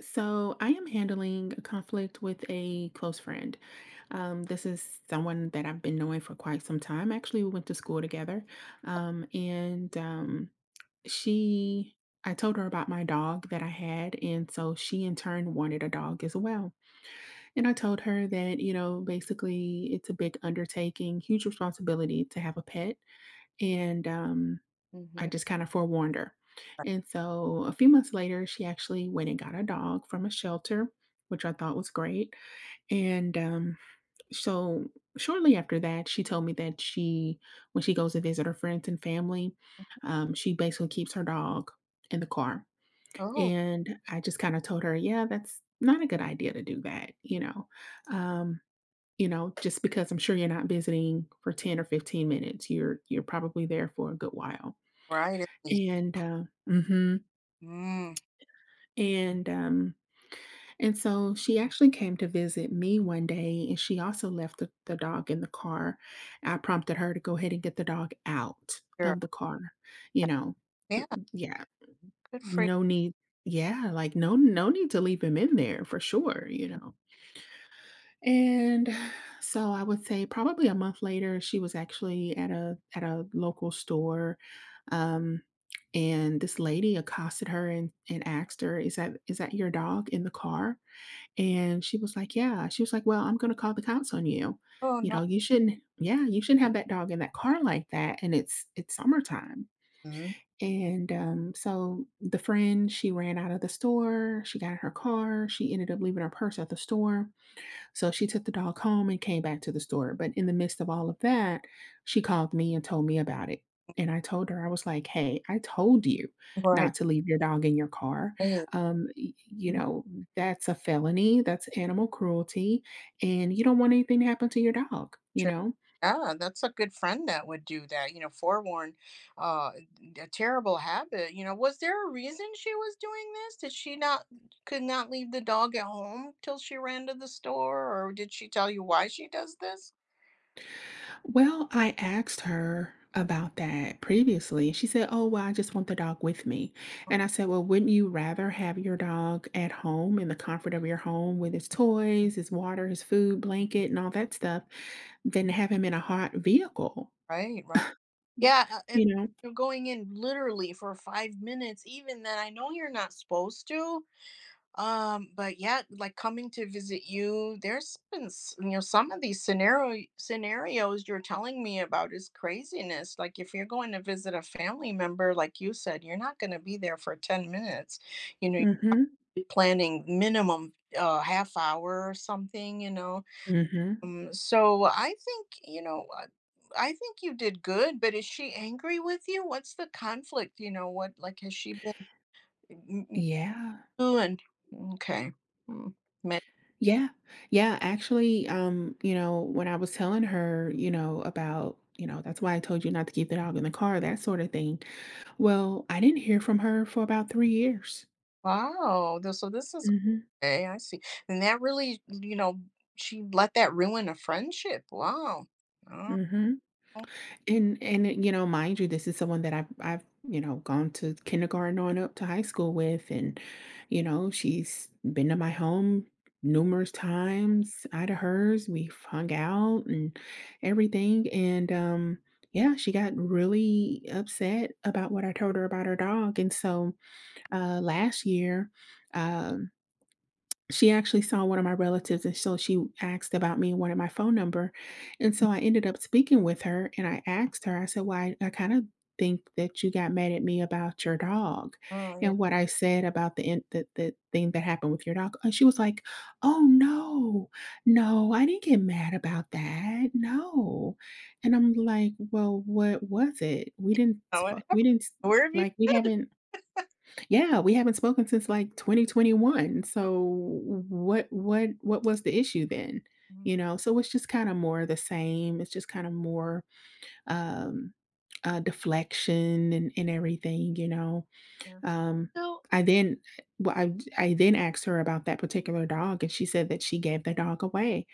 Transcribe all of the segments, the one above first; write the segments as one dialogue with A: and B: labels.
A: So, I am handling a conflict with a close friend. This is someone that I've been knowing for quite some time. Actually, we went to school together. Um, and um, she, I told her about my dog that I had. And so she, in turn, wanted a dog as well. And I told her that, you know, basically it's a big undertaking, huge responsibility to have a pet. And, um, I
B: Mhm.
A: just kind of forewarned her. And so a few months later, she actually went and got a dog from a shelter, which I thought was great. And so shortly after that, she told me that when she goes to visit her friends and family, she basically keeps her dog in the car.
B: Oh.
A: And I just kind of told her, yeah, that's not a good idea to do that, you know. Um, just because I'm sure you're not visiting for 10 or 15 minutes, you're probably there for a good while and, uh mhm,
B: Mm,
A: and, um, and so she actually came to visit me one day, and she also left the dog in the car. I prompted her to go ahead and get the dog out
B: sure.
A: of the car, you know?
B: Yeah,
A: Yeah,
B: for mm.
A: no need. Yeah, like, no need to leave him in there for sure, you know? And so I would say probably a month later, she was actually at a local store, um, and this lady accosted her and asked her, "Is that your dog in the car?" And she was like, "Yeah." She was like, "Well, I'm going to call the cops on you.
B: Oh,
A: You
B: no.
A: know, you shouldn't. Yeah, you shouldn't have that dog in that car like that. And it's summertime."
B: Mhm.
A: And so the friend, she ran out of the store. She got in her car. She ended up leaving her purse at the store, so she took the dog home and came back to the store. But in the midst of all of that, she called me and told me about it. And I told her, I was like, hey, I told you
B: Right.
A: not to leave your dog in your car.
B: Good.
A: You know, that's a felony, that's animal cruelty, and you don't want anything to happen to your dog, you
B: Sure.
A: know?
B: Yeah, that's a good friend that would do that, you know, forewarn uh a terrible habit. You know, was there a reason she was doing this? Did she not could not leave the dog at home till she ran to the store, or did she tell you why she does this?
A: Well, I asked her about that previously. She said, "Oh, well, I just want the dog with me." And I said, "Well, wouldn't you rather have your dog at home in the comfort of your home with his toys, his water, his food, blanket, and all that stuff than have him in a hot vehicle?"
B: Right, right. Yeah, and
A: You know?
B: you're going in literally for 5 minutes. Even then I know you're not supposed to. But yeah, like coming to visit you, there's been, you know, some of these scenarios you're telling me about is craziness. Like if you're going to visit a family member, like you said, you're not going to be there for 10 minutes. You know,
A: Mhm.
B: you're planning minimum half hour or something, you know.
A: Mhm.
B: So I think, you know, I think you did good, but is she angry with you? What's the conflict? You know, what like has she been m- m-
A: Yeah.
B: you and okay. Mm.
A: Yeah. Yeah, actually, you know, when I was telling her, you know, about, you know, that's why I told you not to keep the dog in the car, that sort of thing. Well, I didn't hear from her for about 3 years.
B: Wow, th so this is
A: Mhm.
B: okay, I see, and that really, you know, she let that ruin a friendship. Wow. Oh,
A: Mhm. And you know, mind you, this is someone that I've you know gone to kindergarten on up to high school with, and you know she's been to my home numerous times. I to hers. We've hung out and everything. And Yeah, she got really upset about what I told her about her dog. And so Last year, um, she actually saw one of my relatives, and so she asked about me and wanted my phone number, and so I ended up speaking with her, and I asked her, I said, "Well, I kinda think that you got mad at me about your dog
B: oh, yeah.
A: and what I said about the in the thing that happened with your dog." And she was like, "Oh, no. No, I didn't get mad about that. No." And I'm like, "Well, what was it? We didn't
B: Oh, it
A: sp
B: hap
A: we didn't s
B: where have you
A: Like, we haven't." Yeah, we haven't spoken since, like, 2021,
B: oh,
A: so what was the issue then? You
B: mhm,
A: know, so it's just kinda more the same, it's just kinda more, um, deflection and everything, you know?
B: yeah.
A: Um,
B: So
A: I then Well, I then asked her about that particular dog, and she said that she gave the dog away,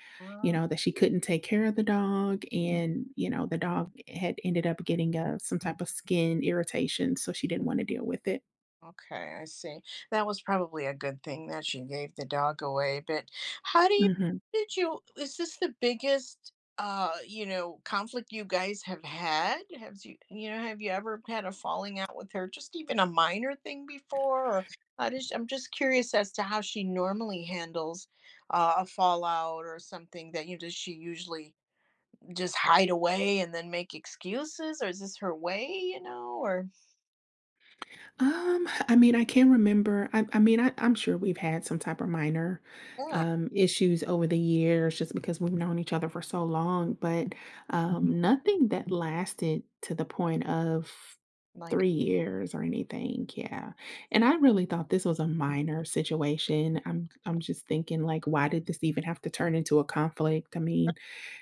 A: you
B: wow.
A: know, that she couldn't take care of the dog, and, you know, the dog had ended up getting, some type of skin irritation, so she didn't wanna deal with it.
B: Okay, I see. That was probably a good thing that you gave the dog away, but how do you
A: Mhm.
B: did you is this the biggest you know, conflict you guys have had? Have you you know, have you ever had a falling out with her, just even a minor thing before? Or I'm just curious as to how she normally handles a fallout or something that, you know, does she usually just hide away and then make excuses, or is this her way, you know, or
A: I mean, I can't remember. I mean, I'm sure we've had some type of minor,
B: yeah,
A: issues over the years just because we've known each other for so long, but, nothing that lasted to the point of
B: like
A: 3 years or anything, yeah. And I really thought this was a minor situation. I'm just thinking, like, why did this even have to turn into a conflict? I mean,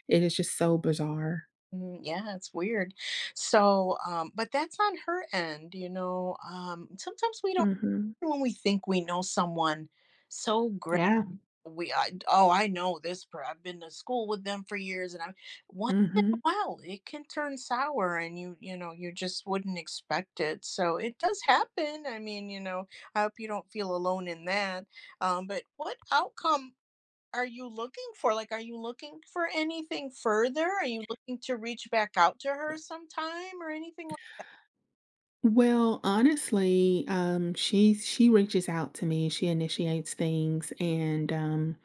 A: it is just so bizarre.
B: mm. Yeah, it's weird. So, but that's on her end, you know. Sometimes we don't
A: Mhm.
B: when we think we know someone so great.
A: Yeah.
B: Oh, I know this. I've been to school with them for years, and I'm once in a
A: Mhm.
B: while it can turn sour, and you know, you just wouldn't expect it. So it does happen. I mean, you know, I hope you don't feel alone in that. But what outcome? Are you looking for? Like, are you looking for anything further? Are you looking to reach back out to her sometime or anything like
A: Well, honestly, she reaches out to me. She initiates things, and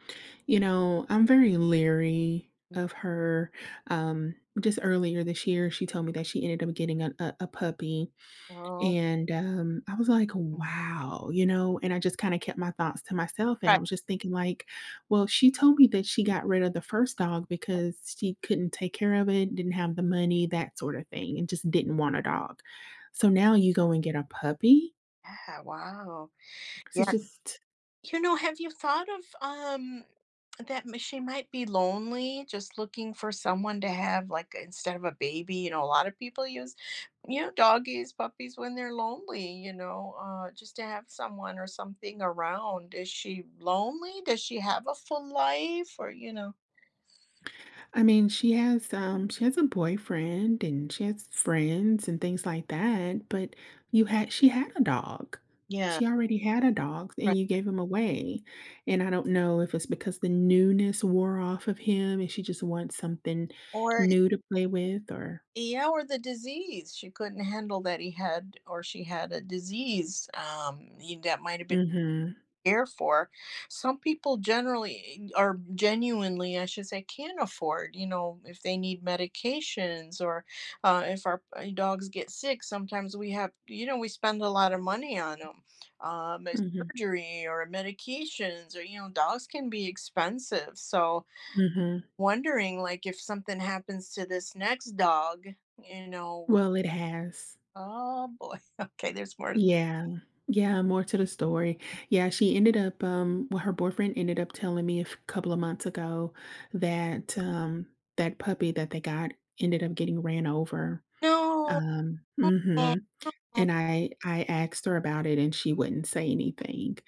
A: you know, I'm very leery of her. Um, just earlier this year, she told me that she ended up getting a puppy,
B: wow.
A: and, I was like,
B: Mm.
A: "Wow," you know, and I just kinda kept my thoughts to myself, and I
B: Right.
A: was just thinking like, "Well, she told me that she got rid of the 1st dog because she couldn't take care of it, didn't have the money, that sort of thing, and just didn't want a dog. So now you go and get a puppy?"
B: Yeah, wow.
A: So it's
B: Yeah.
A: just
B: You know, have you thought of that she might be lonely, just looking for someone to have, like instead of a baby? You know, a lot of people use, you know, doggies, puppies when they're lonely, you know, just to have someone or something around. Is she lonely? Does she have a full life or, you know?
A: I mean, she has a boyfriend and she has friends and things like that, but you had she had a dog.
B: Yeah.
A: She already had a dog
B: Right.
A: and you gave him away. And I don't know if it's because the newness wore off of him and she just wants something
B: Or
A: new to play with or
B: yeah, or the disease she couldn't handle that he had, or she had a disease that might have been
A: mhm.
B: care for. Some people generally are genuinely, I should say, can afford, you know, if they need medications or if our dogs get sick, sometimes we have, you know, we spend a lot of money on them. As
A: Mhm.
B: surgery or medications or, you know, dogs can be expensive. So,
A: Mhm.
B: wondering like if something happens to this next dog, you know,
A: Well, it has.
B: oh boy. Okay, there's more. To-
A: Yeah. Yeah, more to the story. Yeah, she ended up, well, her boyfriend ended up telling me a couple of months ago that that puppy that they got ended up getting ran over.
B: No.
A: Um,
B: Oh,
A: hmm and I asked her about it, and she wouldn't say anything.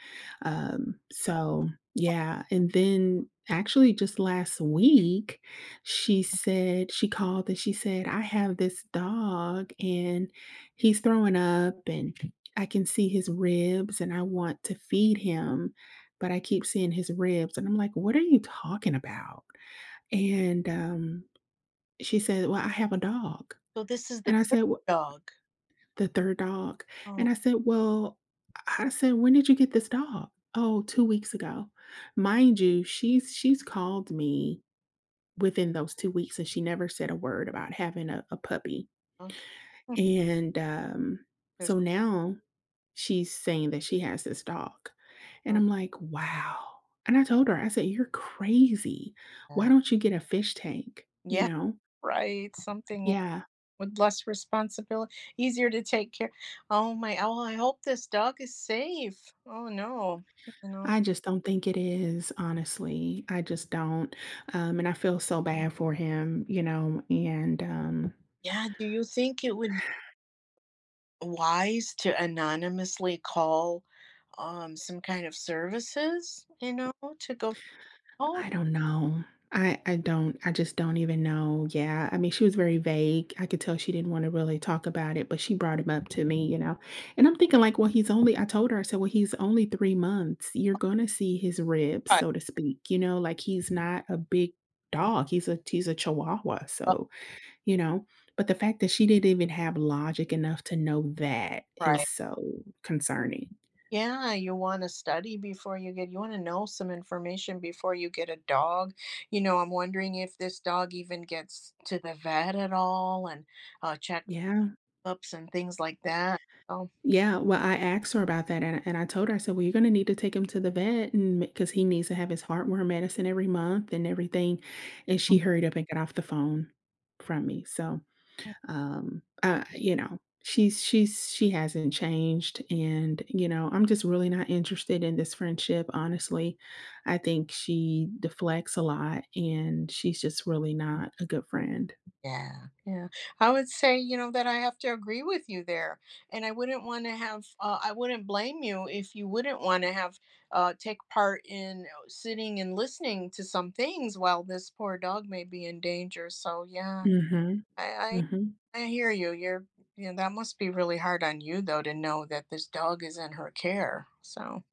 A: Um, so, yeah, and then actually just last week, she said she called and she said, "I have this dog, and he's throwing up, and I can see his ribs, and I want to feed him, but I keep seeing his ribs." And I'm like, "What are you talking about?" And, um, she said, "Well, I have a dog."
B: so this is the
A: And I
B: third
A: said, well.
B: dog.
A: The 3rd dog.
B: Oh,
A: And I said, "Well," I said, "When did you get this dog?" "Oh, 2 weeks ago." Mind you, she's called me within those 2 weeks, and she never said a word about having a puppy.
B: okay.
A: And, um,
B: Just
A: so now she's saying that she has this dog. And
B: love
A: I'm like, "Wow." And I told her, I said, "You're crazy. Why
B: that.
A: don't you get a fish tank?" You
B: Yeah,
A: know?
B: right. Something
A: Yeah.
B: with less responsibility, easier to take care. Oh my, oh, I hope this dog is safe. Oh no. You know.
A: I just don't think it is, honestly. I just don't. And I feel so bad for him, you know, and
B: Yeah, do you think it would wise to anonymously call, some kind of services, you know, to go, "Oh,
A: I don't know. I don't, I just don't even know. Yeah. I mean, she was very vague. I could tell she didn't want to really talk about it, but she brought him up to me, you know. And I'm thinking, like, well, he's only, I told her, I said, well, he's only 3 months. You're going to see his ribs,
B: right,
A: so to speak, you know, like he's not a big dog. He's a chihuahua.
B: oh,
A: So, you know? But the fact that she didn't even have logic enough to know that is
B: right."
A: so concerning.
B: Yeah, you wanna study before you get you wanna know some information before you get a dog. You know, I'm wondering if this dog even gets to the vet at all, and checkups
A: Yeah.
B: and things like that. Oh
A: Yeah, well, I asked her about that, and I told her, I said, "Well, you're gonna need to take him to the vet and because he needs to have his heartworm medicine every month and everything," and she hurried up and got off the phone from me, so. You know, she's she hasn't changed and, you know, I'm just really not interested in this friendship, honestly. I think she deflects a lot and she's just really not a good friend.
B: yeah, yeah. I would say, you know, that I have to agree with you there. And I wouldn't want to have, I wouldn't blame you if you wouldn't want to have take part in sitting and listening to some things while this poor dog may be in danger. So, yeah,
A: Mhm.
B: I,
A: Mhm.
B: I hear you. You're, you know, that must be really hard on you, though, to know that this dog is in her care. So,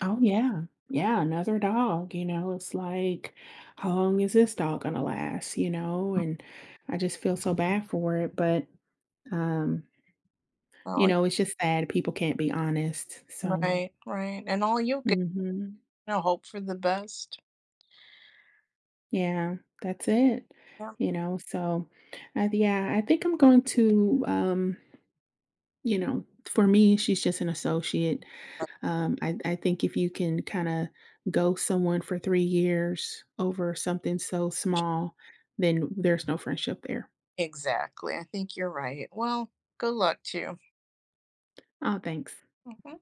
A: Oh, yeah. Yeah, another dog, you know, it's like, how long is this dog gonna last, you know? And I just feel so bad for it, but, um, you
B: oh,
A: know, it's just sad people can't be honest. So
B: right, right. And all you can,
A: mhm.
B: you know, hope for the best.
A: Yeah, that's it,
B: Yeah,
A: you know? So, I yeah, I think I'm going to, you know, for me, she's just an associate. I think if you can kind of go someone for 3 years over something so small, then there's no friendship there.
B: exactly. I think you're right. Well, good luck to you.
A: Oh, thanks.
B: Mhm.